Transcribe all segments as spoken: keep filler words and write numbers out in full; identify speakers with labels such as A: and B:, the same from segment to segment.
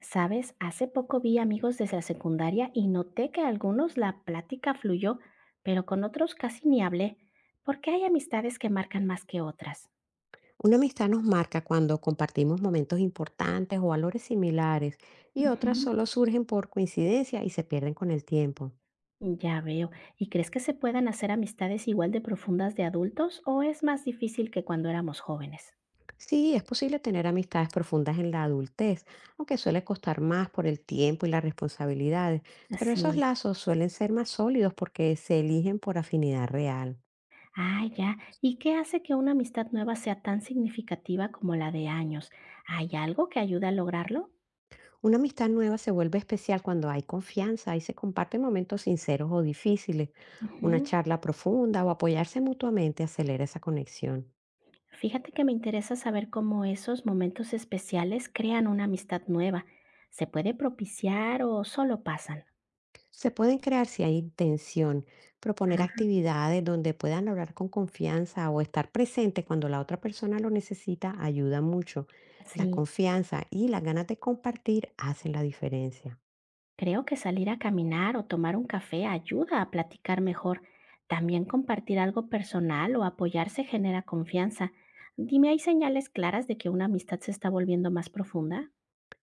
A: Sabes, hace poco vi amigos desde la secundaria y noté que a algunos la plática fluyó, pero con otros casi ni hablé, porque hay amistades que marcan más que otras.
B: Una amistad nos marca cuando compartimos momentos importantes o valores similares y otras
A: Ujú.
B: solo surgen por coincidencia y se pierden con el tiempo.
A: Ya veo. ¿Y crees que se puedan hacer amistades igual de profundas de adultos o es más difícil que cuando éramos jóvenes?
B: Sí, es posible tener amistades profundas en la adultez, aunque suele costar más por el tiempo y las responsabilidades, pero esos
A: Sí.
B: lazos suelen ser más sólidos porque se eligen por afinidad real.
A: Ah, ya. ¿Y qué hace que una amistad nueva sea tan significativa como la de años? ¿Hay algo que ayuda a lograrlo?
B: Una amistad nueva se vuelve especial cuando hay confianza y se comparten momentos sinceros o difíciles. Una
A: Ujú.
B: charla profunda o apoyarse mutuamente acelera esa conexión.
A: Fíjate que me interesa saber cómo esos momentos especiales crean una amistad nueva. ¿Se puede propiciar o solo pasan?
B: Se pueden crear si hay intención, proponer
A: Ah,
B: actividades donde puedan hablar con confianza o estar presente cuando la otra persona lo necesita ayuda mucho. La
A: sí.
B: confianza y las ganas de compartir hacen la diferencia.
A: Creo que salir a caminar o tomar un café ayuda a platicar mejor. También compartir algo personal o apoyarse genera confianza. Dime, ¿hay señales claras de que una amistad se está volviendo más profunda?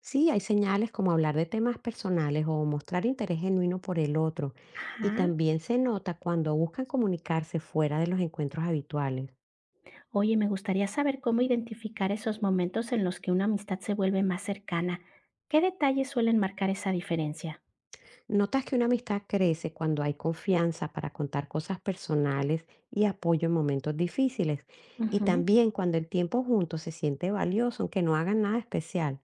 B: Sí, hay señales como hablar de temas personales o mostrar interés genuino por el otro. Y
A: Ajá.
B: también se nota cuando buscan comunicarse fuera de los encuentros habituales.
A: Oye, me gustaría saber cómo identificar esos momentos en los que una amistad se vuelve más cercana. ¿Qué detalles suelen marcar esa diferencia?
B: ¿Notas que una amistad crece cuando hay confianza para contar cosas personales y apoyo en momentos difíciles? Y
A: Ujú.
B: también cuando el tiempo juntos se siente valioso, aunque no hagan nada especial.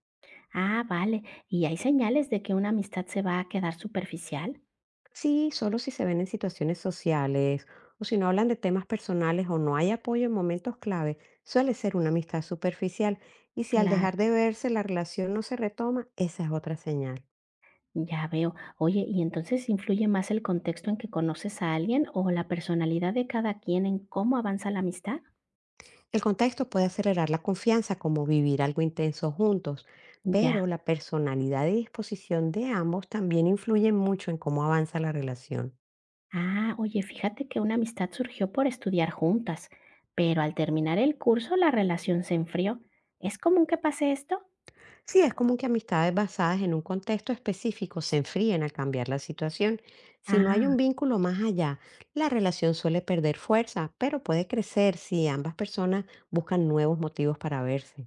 A: Ah, vale. ¿Y hay señales de que una amistad se va a quedar superficial?
B: Sí, solo si se ven en situaciones sociales o si no hablan de temas personales o no hay apoyo en momentos clave, suele ser una amistad superficial. Y si al
A: Claro,
B: dejar de verse la relación no se retoma, esa es otra señal.
A: ya veo. Oye, ¿y entonces influye más el contexto en que conoces a alguien o la personalidad de cada quien en cómo avanza la amistad?
B: El contexto puede acelerar la confianza, como vivir algo intenso juntos, pero
A: Ya.
B: la personalidad y disposición de ambos también influyen mucho en cómo avanza la relación.
A: Ah, oye, fíjate que una amistad surgió por estudiar juntas, pero al terminar el curso la relación se enfrió. ¿Es común que pase esto?
B: Sí, es común que amistades basadas en un contexto específico se enfríen al cambiar la situación. Si no hay
A: Ah,
B: un vínculo más allá, la relación suele perder fuerza, pero puede crecer si ambas personas buscan nuevos motivos para verse.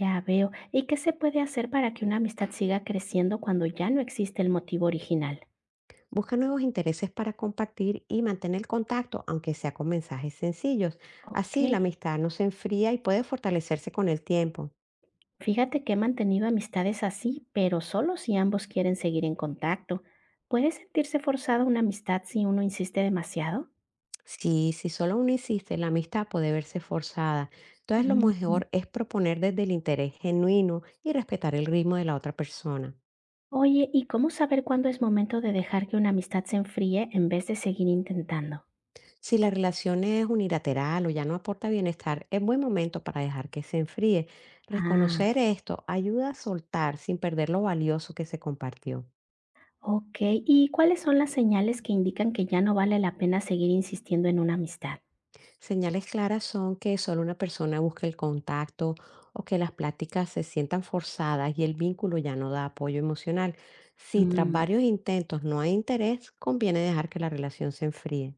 A: ya veo. ¿Y qué se puede hacer para que una amistad siga creciendo cuando ya no existe el motivo original?
B: Busca nuevos intereses para compartir y mantén el contacto, aunque sea con mensajes sencillos.
A: Ok.
B: Así la amistad no se enfría y puede fortalecerse con el tiempo.
A: Fíjate que he mantenido amistades así, pero solo si ambos quieren seguir en contacto. ¿Puede sentirse forzada una amistad si uno insiste demasiado?
B: Sí, si solo uno insiste, la amistad puede verse forzada. Entonces lo
A: Mm.
B: mejor es proponer desde el interés genuino y respetar el ritmo de la otra persona.
A: Oye, ¿y cómo saber cuándo es momento de dejar que una amistad se enfríe en vez de seguir intentando?
B: Si la relación es unilateral o ya no aporta bienestar, es buen momento para dejar que se enfríe.
A: Ah,
B: Reconocer esto ayuda a soltar sin perder lo valioso que se compartió.
A: ok. ¿Y cuáles son las señales que indican que ya no vale la pena seguir insistiendo en una amistad?
B: Señales claras son que solo una persona busca el contacto o que las pláticas se sientan forzadas y el vínculo ya no da apoyo emocional. Si tras
A: Mm,
B: varios intentos no hay interés, conviene dejar que la relación se enfríe.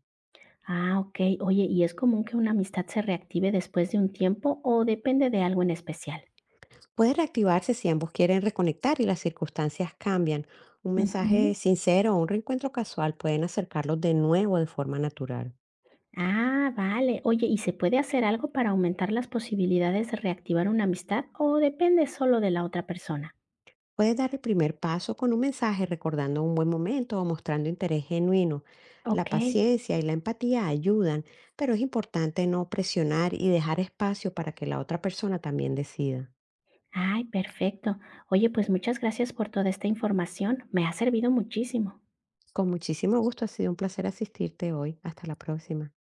A: ah, ok. Oye, ¿y es común que una amistad se reactive después de un tiempo o depende de algo en especial?
B: Puede reactivarse si ambos quieren reconectar y las circunstancias cambian. Un
A: Ujú.
B: mensaje sincero o un reencuentro casual pueden acercarlos de nuevo de forma natural.
A: Ah, vale. Oye, ¿y se puede hacer algo para aumentar las posibilidades de reactivar una amistad o depende solo de la otra persona?
B: Puedes dar el primer paso con un mensaje recordando un buen momento o mostrando interés genuino. La
A: Ok.
B: paciencia y la empatía ayudan, pero es importante no presionar y dejar espacio para que la otra persona también decida.
A: Ay, perfecto. Oye, pues muchas gracias por toda esta información. Me ha servido muchísimo.
B: Con muchísimo gusto, ha sido un placer asistirte hoy. Hasta la próxima.